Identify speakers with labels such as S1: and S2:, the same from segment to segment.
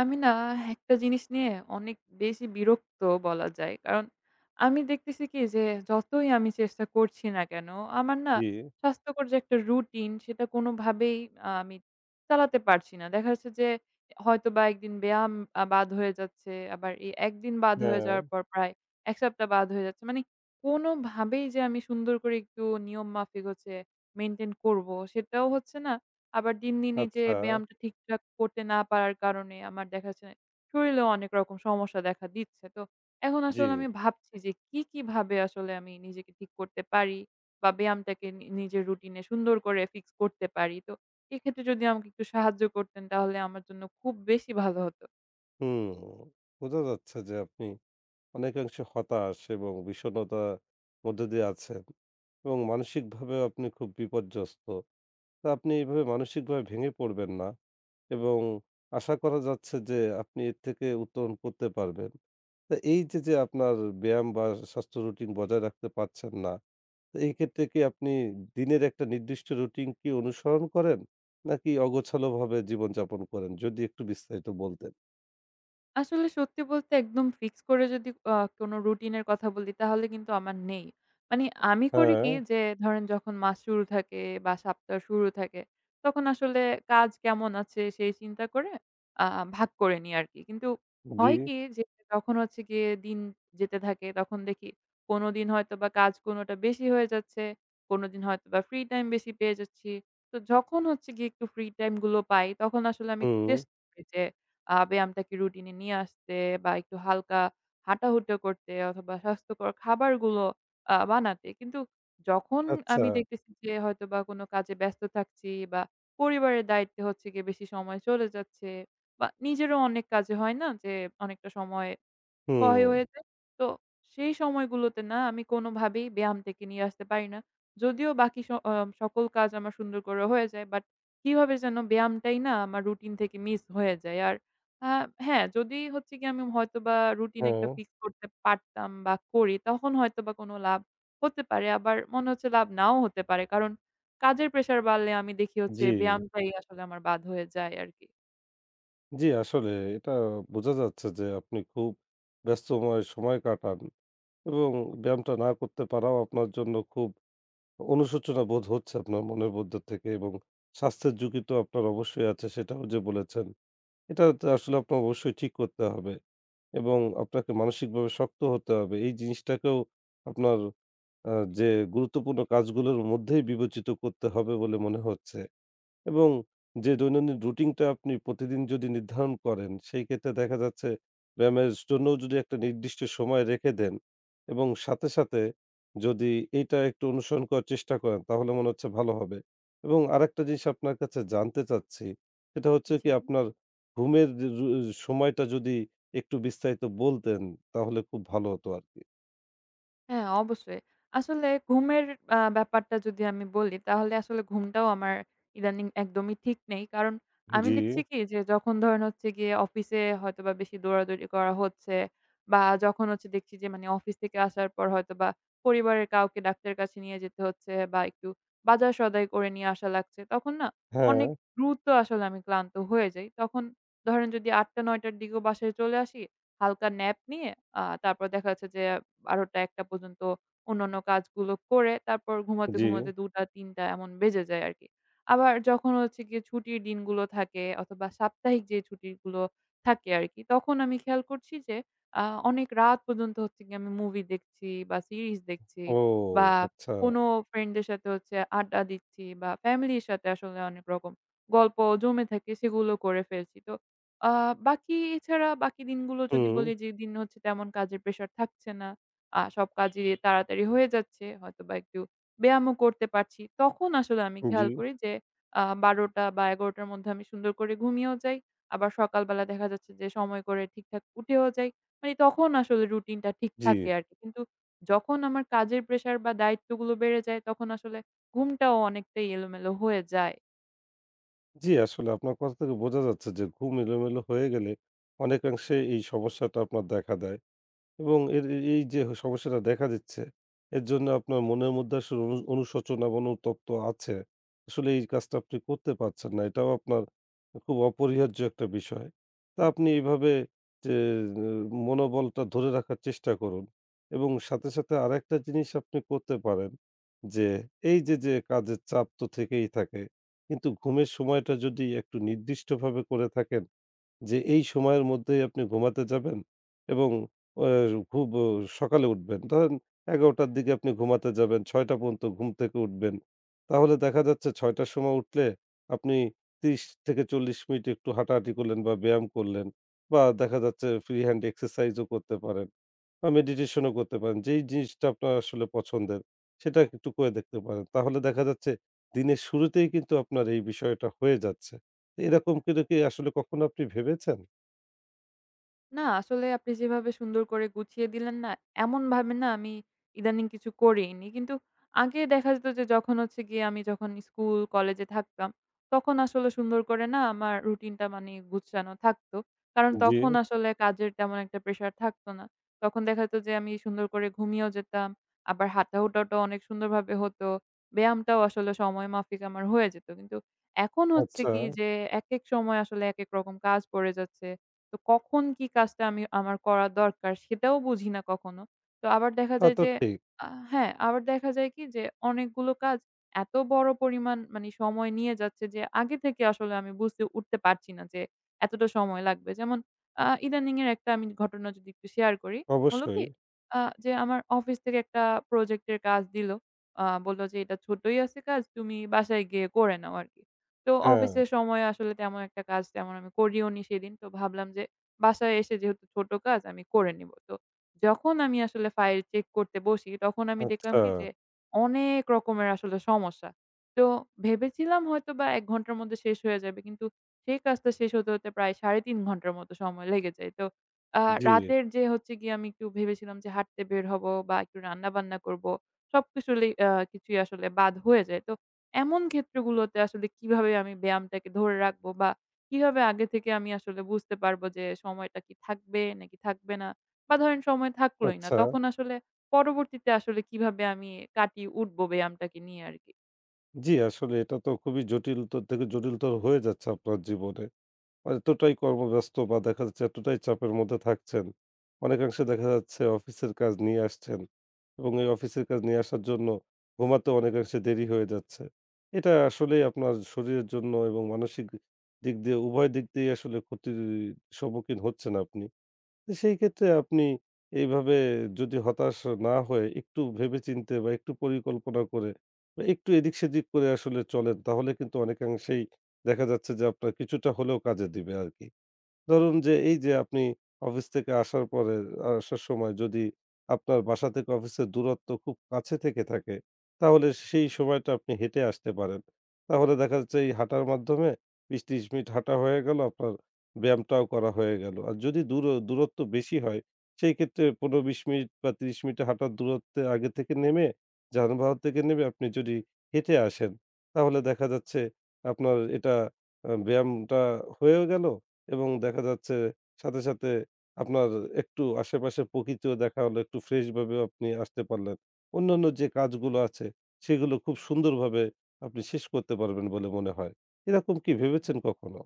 S1: আমি না একটা জিনিস নিয়ে অনেক বেশি বিরক্ত বলা যায়। কারণ আমি দেখতেছি কি যে যতই আমি চেষ্টা করছি না কেন, আমার না
S2: জি,
S1: স্বাস্থ্যকর যে একটা রুটিন সেটা কোনোভাবেই আমি চালাতে পারছি না। দেখা যাচ্ছে যে হয়তোবা একদিন ব্যায়াম বাদ হয়ে যাচ্ছে। আবার এই একদিন বাদ হয়ে
S2: হ্যাঁ,
S1: যাওয়ার পর প্রায় ১ সপ্তাহ বাদ হয়ে যাচ্ছে। মানে কোনোভাবেই যে আমি সুন্দর করে একটু নিয়ম মাফিক হচ্ছে মেইনটেইন করব সেটাও হচ্ছে না। আবার দিন, দিন এই যে
S2: আচ্ছা,
S1: ব্যায়ামটা ঠিকঠাক করতে না পারার কারণে আমার দেখা যাচ্ছে শরীরেও অনেক রকম সমস্যা দেখা দিচ্ছে। তো এখন
S2: জি।
S1: আসলে আমি ভাবছি যে কি ভাবে আসলে আমি নিজেকে ঠিক করতে পারি বা ব্যায়ামটাকে নিজের রুটিনে সুন্দর করে ফিক্স করতে পারি। তো এক্ষেত্রে যদি আমাকে একটু সাহায্য করতেন তাহলে আমার জন্য খুব বেশি ভালো হতো।
S2: হুম, বোঝা যাচ্ছে যে আপনি অনেকাংশে হতাশ এবং বিষণ্ণতার মধ্যে দিয়ে আছেন এবং মানসিকভাবেও আপনি খুব বিপর্যস্ত। তো আপনি এইভাবে মানসিকভাবে ভেঙে পড়বেন না এবং আশা করা যাচ্ছে যে আপনি এর থেকে উত্তরণ করতে পারবেন। তো এই যে আপনার ব্যায়াম বা স্বাস্থ্য রুটিন বজায় রাখতে পারছেন না তো এই ক্ষেত্রে কি আপনি দিনের একটা নির্দিষ্ট রুটিন কি অনুসরণ করেন? নাকি অগোছালোভাবে জীবনযাপন করেন? যদি একটু বিস্তারিত বলতেন।
S1: আসলে সত্যি বলতে একদম ফিক্স করে যদি কোনো রুটিনের কথা বলি তাহলে কিন্তু আমার নেই। মানে আমি করি কি
S2: হ্যাঁ,
S1: যে ধরেন যখন মাস শুরু থাকে বা সপ্তাহ শুরু থাকে তখন আসলে কাজ কেমন আছে সেই চিন্তা করে আ ভাগ করে নিই আরকি। কিন্তু
S2: জি,
S1: হয় কি যে যখন হচ্ছে গিয়ে দিন যেতে থাকে তখন দেখি কোনোদিন হয়তোবা কাজ কোনোটা বেশি হয়ে যাচ্ছে, কোনোদিন হয়তোবা ফ্রি টাইম বেশি পেয়ে যাচ্ছি। তো যখন হচ্ছে গিয়ে একটু ফ্রি টাইম গুলো পাই তখন আসলে আমি
S2: হুম,
S1: চেষ্টা করি যে ব্যায়ামটাকে রুটিনে নিয়ে আসতে বা একটু হালকা হাঁটাহুটা করতে অথবা স্বাস্থ্যকর খাবারগুলো বানাতে। কিন্তু যখন
S2: আচ্ছা,
S1: আমি দেখতেছি যে হয়তোবা কোনো কাজে ব্যস্ত থাকছি বা পরিবারের দায়িত্বে হচ্ছে গিয়ে বেশি সময় চলে যাচ্ছে বা নিজেরও অনেক কাজে হয় না যে অনেকটা সময় ক্ষয়
S2: হুম,
S1: হয়ে যায়। তো সেই সময়গুলোতে না আমি কোনোভাবেই ব্যায়াম থেকে নিয়ে আসতে পারি না। যদিও বাকি স আ সকল কাজ আমার সুন্দর করে হয়ে যায়। বাট কিভাবে যেন ব্যায়ামটাই না আমার রুটিন থেকে মিস হয়ে যায়। আর আ হ্যাঁ, যদি হচ্ছে গিয়ে আমি হয়তোবা রুটিন
S2: হ্যাঁ,
S1: একটা ফিক্স করতে পারতাম বা করি, তখন হয়তোবা কোনো লাভ হতে পারে। আবার মনে হচ্ছে লাভ নাও হতে পারে। কারণ কাজের প্রেশার বাড়লে আমি দেখি হচ্ছে
S2: জি,
S1: ব্যায়ামটাই আসলে আমার বাদ হয়ে যায় আরকি।
S2: জি, আসলে এটা বোঝা যাচ্ছে যে আপনি খুব ব্যস্তময় সময় কাটান এবং ব্যায়ামটা না করতে পারাও আপনার জন্য খুব অনুশোচনা বোধ হচ্ছে আপনার মনের মধ্য থেকে এবং স্বাস্থ্যের ঝুঁকি তো আপনার অবশ্যই আছে সেটাও যে বলেছেন। এটা তো আসলে আপনার অবশ্যই ঠিক করতে হবে। এবং আপনাকে মানসিকভাবে শক্ত হতে হবে। এই জিনিসটাকেও আপনার যে গুরুত্বপূর্ণ কাজগুলোর মধ্যেই বিবেচিত করতে হবে বলে মনে হচ্ছে। এবং যে দৈনন্দিন রুটিনটা আপনি প্রতিদিন যদি নির্ধারণ করেন, সেই ক্ষেত্রে দেখা যাচ্ছে ব্যায়ামের জন্যও যদি একটা নির্দিষ্ট সময় রেখে দেন এবং সাথে, সাথে যদি এইটা একটু অনুসরণ করার চেষ্টা করেন তাহলে মনে হচ্ছে ভালো হবে। এবং আরেকটা জিনিস আপনার কাছে জানতে চাচ্ছি, সেটা হচ্ছে কি
S1: জি।
S2: আপনার ঘুমের যে সময়টা যদি একটু বিস্তারিত বলতেন তাহলে খুব ভালো হতো আরকি।
S1: হ্যাঁ, অবশ্যই। আসলে ঘুমের ব্যাপারটা যদি আমি বলি তাহলে আসলে ঘুমটাও আমার ইদানিং একদমই ঠিক নেই। কারণ আমি
S2: জি,
S1: দেখছি কি যে যখন ধরেন হচ্ছে গিয়ে অফিসে হয়তোবা বেশি দৌড়াদৌড়ি করা হচ্ছে বা যখন হচ্ছে দেখছি যে মানে অফিস থেকে আসার পর হয়তোবা পরিবারের কাউকে ডাক্তারের কাছে নিয়ে যেতে হচ্ছে বা একটু বাজার সদাই করে নিয়ে আসা লাগছে। তখন না
S2: হ্যাঁ,
S1: অনেক দ্রুত আসলে আমি ক্লান্ত হয়ে যাই। তখন ধরেন যদি ৮ঃ০০ ৯ঃ০০ র দিকেও বাসায় চলে আসি, হালকা ন্যাপ নিয়ে তারপর দেখা যাচ্ছে যে ১২ঃ০০-১টা পর্যন্ত অন্যান্য কাজগুলো করে তারপর ঘুমাতে,
S2: জি।
S1: ঘুমাতে ২ঃ০০-৩ঃ০০ এমন বেজে যায় আরকি। আবার যখন হচ্ছে গিয়ে ছুটির দিনগুলো থাকে অথবা সাপ্তাহিক যে ছুটিগুলো থাকে আরকি, তখন আমি খেয়াল করছি যে আ অনেক রাত পর্যন্ত হচ্ছে গিয়ে আমি মুভি দেখছি বা সিরিজ দেখছি
S2: ও
S1: বা
S2: আচ্ছা।
S1: কোনো ফ্রেন্ডদের সাথে হচ্ছে আড্ডা দিচ্ছি বা ফ্যামিলির সাথে আসলে অনেক রকম গল্প জমে থাকে সেগুলো করে ফেলছি। তো আ বাকি এছাড়া বাকি দিনগুলো যদি
S2: হুম,
S1: বলি যেদিন হচ্ছে তেমন কাজের প্রেশার থাকছে না সব কাজই তাড়াতাড়ি হয়ে যাচ্ছে। হয়তোবা একটু ব্যায়ামও করতে পারছি। তখন আসলে আমি
S2: জি,
S1: খেয়াল করি যে ১২ঃ০০ বা ১১ঃ০০ র মধ্যে আমি সুন্দর করে ঘুমিয়েও যাই। আবার সকালবেলা দেখা যাচ্ছে যে সময় করে ঠিকঠাক উঠেও যাই। মানে তখন আসলে রুটিনটা ঠিক
S2: জি।
S1: থাকে আরকি। কিন্তু যখন আমার কাজের প্রেশার বা দায়িত্বগুলো বেড়ে যায় তখন আসলে ঘুমটাও অনেকটাই এলোমেলো হয়ে যায়।
S2: জি, আসলে আপনার কথা থেকে বোঝা যাচ্ছে যে ঘুম এলোমেলো হয়ে গেলে অনেকাংশে এই সমস্যাটা আপনার দেখা দেয়। এবং এর এই যে সমস্যাটা দেখা দিচ্ছে, এর জন্য আপনার মনের মধ্যে আসলে অনুশোচনা বা অনুতপ্ত আছে। আসলে এই কাজটা আপনি করতে পারছেন না। এটাও আপনার খুব অপরিহার্য একটা বিষয়। তা আপনি এভাবে যে মনোবলটা ধরে রাখার চেষ্টা করুন এবং সাথে, সাথে আরেকটা জিনিস আপনি করতে পারেন যে, এই যে কাজের চাপ তো থেকেই থাকে। কিন্তু ঘুমের সময়টা যদি একটু নির্দিষ্টভাবে করে থাকেন যে এই সময়ের মধ্যেই আপনি ঘুমাতে যাবেন এবং অ খুব সকালে উঠবেন। ধরেন ১১ঃ০০ র দিকে আপনি ঘুমাতে যাবেন, ৬ঃ০০ পর্যন্ত ঘুম থেকে উঠবেন। তাহলে দেখা যাচ্ছে ৬ঃ০০ র সময় উঠলে আপনি ৩০ থেকে ৪০ মিনিট একটু হাঁটাহাঁটি করলেন বা ব্যায়াম করলেন বা দেখা যাচ্ছে ফ্রি হ্যান্ড এক্সারসাইজও করতে পারেন। বা মেডিটেশন ও করতে পারেন। যেই জিনিসটা আপনার আসলে পছন্দের সেটা একটু করে দেখতে পারেন। তাহলে দেখা যাচ্ছে দিনের শুরুতেই কিন্তু আপনার এই বিষয়টা হয়ে যাচ্ছে। এরকম করে কি আসলে কখনো আপনি ভেবেছেন?
S1: না, আসলে আপনি যেভাবে সুন্দর করে গুছিয়ে দিলেন না, এমনভাবে না আমি ইদানিং কিছু করিনি। কিন্তু আগে দেখা যেত যে যখন হচ্ছে গিয়ে আমি যখন স্কুল, কলেজে থাকতাম, তখন আসলে সুন্দর করে না আমার রুটিনটা মানে গুছানো থাকতো। কারণ
S2: জি,
S1: তখন আসলে কাজের তেমন একটা প্রেশার থাকতো না। তখন দেখা যেত যে আমি সুন্দর করে ঘুমিয়েও যেতাম। আবার হাঁটা-হুটাটাও অনেক সুন্দরভাবে হতো। ব্যায়ামটাও আসলে সময় মাফিক আমার হয়ে যেত। কিন্তু এখন হচ্ছে
S2: আচ্ছা।
S1: কি যে একেক সময় আসলে একেক রকম কাজ পড়ে যাচ্ছে। তো কখন কি কাজটা আমি আমার করা দরকার সেটাও বুঝি না কখনো। তো আবার দেখা
S2: তা
S1: যায়
S2: তো
S1: যে
S2: ঠিক।
S1: হ্যাঁ, আবার দেখা যায় কি যে অনেকগুলো কাজ এত বড় পরিমাণ মানে সময় নিয়ে যাচ্ছে যে আগে থেকে আসলে আমি বুঝতে উঠতে পারছি না যে এতটা সময় লাগবে। যেমন ইদানিং এর একটা আমি ঘটনা যদি একটু শেয়ার করি, হলো
S2: অবশ্যই।
S1: কি যে আমার অফিস থেকে একটা প্রজেক্ট এর কাজ দিল। বলল যে এটা ছোটই আছে কাজ তুমি বাসায় গিয়ে করে নাও আরকি। তো
S2: হ্যাঁ,
S1: অফিসের সময় আসলে তেমন একটা কাজ তেমন আমি করিওনি সেদিন। তো ভাবলাম যে বাসায় এসে যেহেতু ছোট কাজ আমি করে নিব। তো যখন আমি আসলে ফাইল চেক করতে বসি তখন আমি দেখলাম
S2: আচ্ছা।
S1: কি যে অনেক রকমের আসলে সমস্যা। তো ভেবেছিলাম হয়তোবা ১ ঘন্টার মধ্যে শেষ হয়ে যাবে। কিন্তু সেই কাজটা শেষ হতে, হতে প্রায় ৩.৫ ঘন্টার মতো সময় লেগে যায়। তো আ
S2: জি,
S1: রাতের যে হচ্ছে গিয়ে আমি একটু ভেবেছিলাম যে হাঁটতে বের হব বা একটু রান্না-বান্না করব। সবকিছু লি আ কিছুই আসলে বাদ হয়ে যায়। তো এমন ক্ষেত্রগুলোতে আসলে কিভাবে আমি ব্যায়ামটাকে ধরে রাখবো? বা কিভাবে আগে থেকে আমি আসলে বুঝতে পারবো যে সময়টা কি থাকবে নাকি থাকবে না? বা ধরেন সময় থাকলোই না।
S2: আচ্ছা।
S1: তখন আসলে পরবর্তীতে আসলে কিভাবে আমি কাটিয়ে উঠবো ব্যায়ামটাকে নিয়ে আরকি?
S2: জি, আসলে এটা তো খুবই জটিলতর থেকে জটিলতর হয়ে যাচ্ছে আপনার জীবনে। আর এতটাই কর্মব্যস্ত বা দেখা যাচ্ছে এতটাই চাপের মধ্যে থাকছেন। অনেকাংশে দেখা যাচ্ছে অফিসের কাজ নিয়ে আসছেন। এবং এই অফিসের কাজ নিয়ে আসার জন্য ঘুমাতেও অনেকাংশে দেরি হয়ে যাচ্ছে। এটা আসলেই আপনার শরীরের জন্য এবং মানসিক দিক দিয়ে উভয় দিক দিয়েই আসলে ক্ষতির সম্মুখীন হচ্ছেন আপনি। তো সেই ক্ষেত্রে আপনি এইভাবে যদি হতাশ না হয়ে একটু ভেবেচিন্তে বা একটু পরিকল্পনা করে বা একটু এদিক-সেদিক করে আসলে চলেন তাহলে কিন্তু অনেকাংশেই দেখা যাচ্ছে যে আপনার কিছুটা হলেও কাজে দিবে আরকি। ধরুন যে এই যে আপনি অফিস থেকে আসার পরে আসার সময় যদি আপনার বাসা থেকে অফিসের দূরত্ব খুব কাছে থেকে থাকে তাহলে সেই সময়টা আপনি হেঁটে আসতে পারেন। তাহলে দেখা যাচ্ছে এই হাঁটার মাধ্যমে ২০-৩০ মিনিট হাঁটা হয়ে গেল, আপনার ব্যায়ামটাও করা হয়ে গেল। আর যদি দূরত্ব বেশি হয় সেই ক্ষেত্রে ১৫-২০ মিনিট বা ৩০ মিনিট হাঁটার দূরত্বে আগে থেকে নেমে যানবাহন থেকে নেমে আপনি যদি হেঁটে আসেন তাহলে দেখা যাচ্ছে আপনার এটা ব্যায়ামটা হয়েও গেল এবং দেখা যাচ্ছে সাথে, সাথে আপনার একটু আশেপাশে প্রকৃতিও দেখা হলো, একটু ফ্রেশ ভাবেও আপনি আসতে পারলেন। অন্যান্য যে কাজগুলো আছে সেগুলো খুব সুন্দরভাবে আপনি শেষ করতে পারবেন বলে মনে হয়। এরকম কি ভেবেছেন কখনো?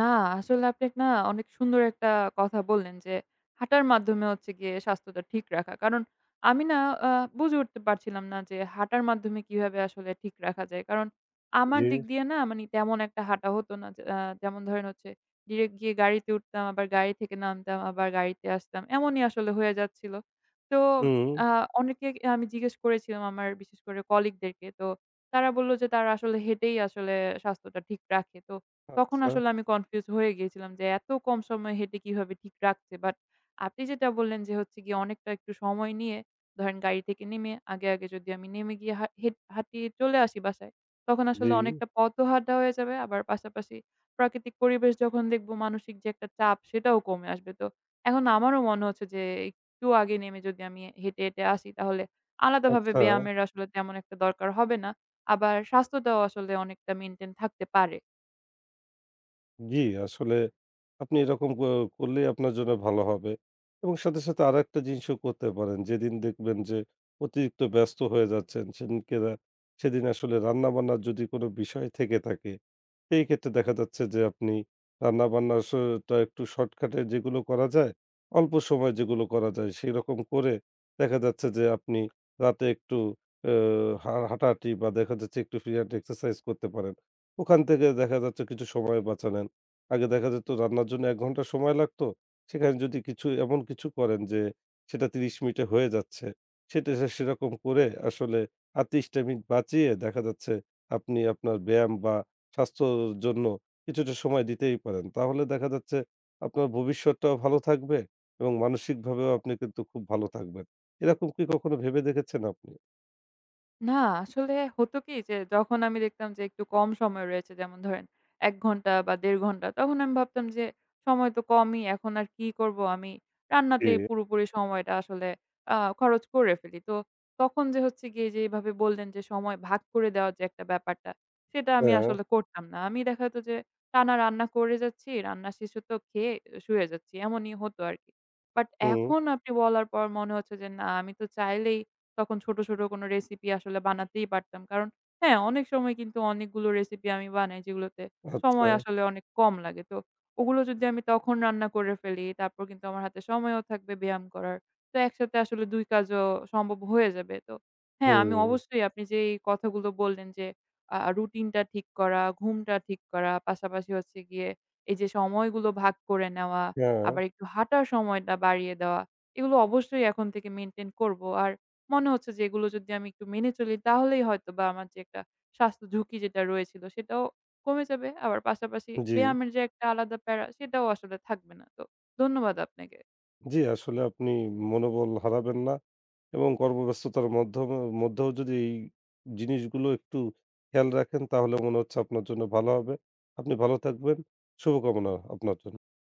S1: না, আসলে আপনি এক না অনেক সুন্দর একটা কথা বললেন যে, হাঁটার মাধ্যমে হচ্ছে গিয়ে স্বাস্থ্যটা ঠিক রাখা। কারণ আমি না আ বুঝে উঠতে পারছিলাম না যে, হাঁটার মাধ্যমে কিভাবে আসলে ঠিক রাখা যায়। কারণ আমার
S2: জি।
S1: দিক দিয়ে না মানে তেমন একটা হাঁটা হতো না। যে যেমন ধরেন হচ্ছে ডিরেক্ট গিয়ে গাড়িতে উঠতাম, আবার গাড়ি থেকে নামতাম, আবার গাড়িতে আসতাম। এমনই আসলে হয়ে যাচ্ছিল। তো
S2: হুম,
S1: আ অনেকে আমি জিজ্ঞেস করেছিলাম আমার বিশেষ করে কলিগদেরকে। তো তারা বলল যে, তারা আসলে হেঁটেই আসলে স্বাস্থ্যটা ঠিক রাখে। তো তখন
S2: আচ্ছা,
S1: আসলে আমি কনফিউজ হয়ে গিয়েছিলাম যে এত কম সময় হেঁটে কিভাবে ঠিক রাখছে। বাট আপনি যেটা বললেন যে হচ্ছে গিয়ে অনেকটা একটু সময় নিয়ে ধরেন গাড়ি থেকে নেমে আগে, আগে যদি আমি নেমে গিয়ে হা হেট হাঁটিয়ে চলে আসি বাসায়, তখন
S2: জি,
S1: আসলে অনেকটা পথও হাঁটা হয়ে যাবে। আবার পাশাপাশি প্রাকৃতিক পরিবেশ যখন দেখব মানসিক যে একটা চাপ সেটাও কমে আসবে। তো এখন আমারও মনে হচ্ছে যে একটু আগে নেমে যদি আমি হেঁটে, হেঁটে আসি তাহলে আলাদাভাবে
S2: আচ্ছা।
S1: ব্যায়ামের আসলে তেমন একটা দরকার হবে না। আবার স্বাস্থ্যটাও আসলে অনেকটা মেইনটেইন থাকতে পারে।
S2: জি, আসলে আপনি এরকম করলেই আপনার জন্য ভালো হবে এবং সাথে, সাথে আরেকটা জিনিসও করতে পারেন। যেদিন দেখবেন যে অতিরিক্ত ব্যস্ত হয়ে যাচ্ছেন, সেদিন আসলে রান্নাবান্নার যদি কোনো বিষয় থেকে থাকে এই ক্ষেত্রে দেখা যাচ্ছে যে আপনি রান্নাবান্না টা একটু শর্টকাটে যেগুলো করা যায়, অল্প সময়ে যেগুলো করা যায় সেরকম করে দেখা যাচ্ছে যে আপনি রাতে একটু আ হা হাঁটাহাঁটি বা দেখা যাচ্ছে একটু ফ্রি হ্যান্ড এক্সারসাইজ করতে পারেন। ওখান থেকে দেখা যাচ্ছে কিছু সময় বাঁচালেন। আগে দেখা যেত রান্নার জন্য ১ ঘন্টা সময় লাগতো। সেখানে যদি কিছু এমন কিছু করেন যে সেটা ৩০ মিনিটে হয়ে যাচ্ছে। সেটা সেরকম করে আসলে আর ৩০ টা মিনিট বাঁচিয়ে দেখা যাচ্ছে আপনি আপনার ব্যায়াম বা স্বাস্থ্যর জন্য কিছুটা সময় দিতেই পারেন। তাহলে দেখা যাচ্ছে আপনার ভবিষ্যৎটাও ভালো থাকবে এবং মানসিকভাবেও আপনি কিন্তু খুব ভালো থাকবেন। এরকম কি কখনো ভেবে দেখেছেন আপনি?
S1: না, আসলে হতো কি যে যখন আমি দেখতাম যে একটু কম সময় রয়েছে, যেমন ধরেন ১ ঘন্টা বা ১.৫ ঘন্টা, তখন আমি ভাবতাম যে সময় তো কমই, এখন আর কি করব, আমি
S2: জি,
S1: রান্নাতেই পুরোপুরি সময়টা আসলে খরচ করে ফেলি। তো তখন যে হচ্ছে গিয়ে যে এভাবে বললেন যে সময় ভাগ করে দেওয়ার যে একটা ব্যাপারটা সেটা আমি
S2: হ্যাঁ,
S1: আসলে করতাম না। আমি দেখা যেত যে টানা রান্না করে যাচ্ছি, রান্না শেষে তো খেয়ে শুয়ে যাচ্ছি, এমনই হতো আরকি। বাট
S2: হুম,
S1: এখন আপনি বলার পর মনে হচ্ছে যে না, আমি তো চাইলেই তখন ছোট, ছোট কোনো রেসিপি আসলে বানাতেই পারতাম। কারণ হ্যাঁ, অনেক সময় কিন্তু অনেকগুলো রেসিপি আমি বানাই যেগুলোতে
S2: আচ্ছা,
S1: সময় আসলে অনেক কম লাগে। তো ওগুলো যদি আমি তখন রান্না করে ফেলি, তারপর কিন্তু আমার হাতে সময়ও থাকবে ব্যায়াম করার। তো একসাথে আসলে ২ কাজও সম্ভব হয়ে যাবে। তো হ্যাঁ, আমি
S2: হুম,
S1: অবশ্যই আপনি যে এই কথাগুলো বললেন যে রুটিনটা ঠিক করা, ঘুমটা ঠিক করা, পাশাপাশি হচ্ছে গিয়ে এই যে সময়গুলো ভাগ করে নেওয়া,
S2: হ্যাঁ,
S1: আবার একটু হাঁটার সময়টা বাড়িয়ে দেওয়া। এগুলো অবশ্যই এখন থেকে মেইনটেইন করব। আর মনে হচ্ছে যে এগুলো যদি আমি একটু মেনে চলি তাহলেই হয়তোবা আমার যে একটা স্বাস্থ্য ঝুঁকি যেটা রয়েছিল সেটাও কমে যাবে। আবার পাশাপাশি
S2: জি,
S1: ব্যায়ামের যে একটা আলাদা প্যারা সেটাও আসলে থাকবে না। তো ধন্যবাদ আপনাকে।
S2: জি, আসলে আপনি মনোবল হারাবেন না এবং কর্মব্যস্ততার মধ্যেও যদি এই জিনিসগুলো একটু খেয়াল রাখেন তাহলে মনে হচ্ছে আপনার জন্য ভালো হবে। আপনি ভালো থাকবেন। শুভকামনা আপনার জন্য।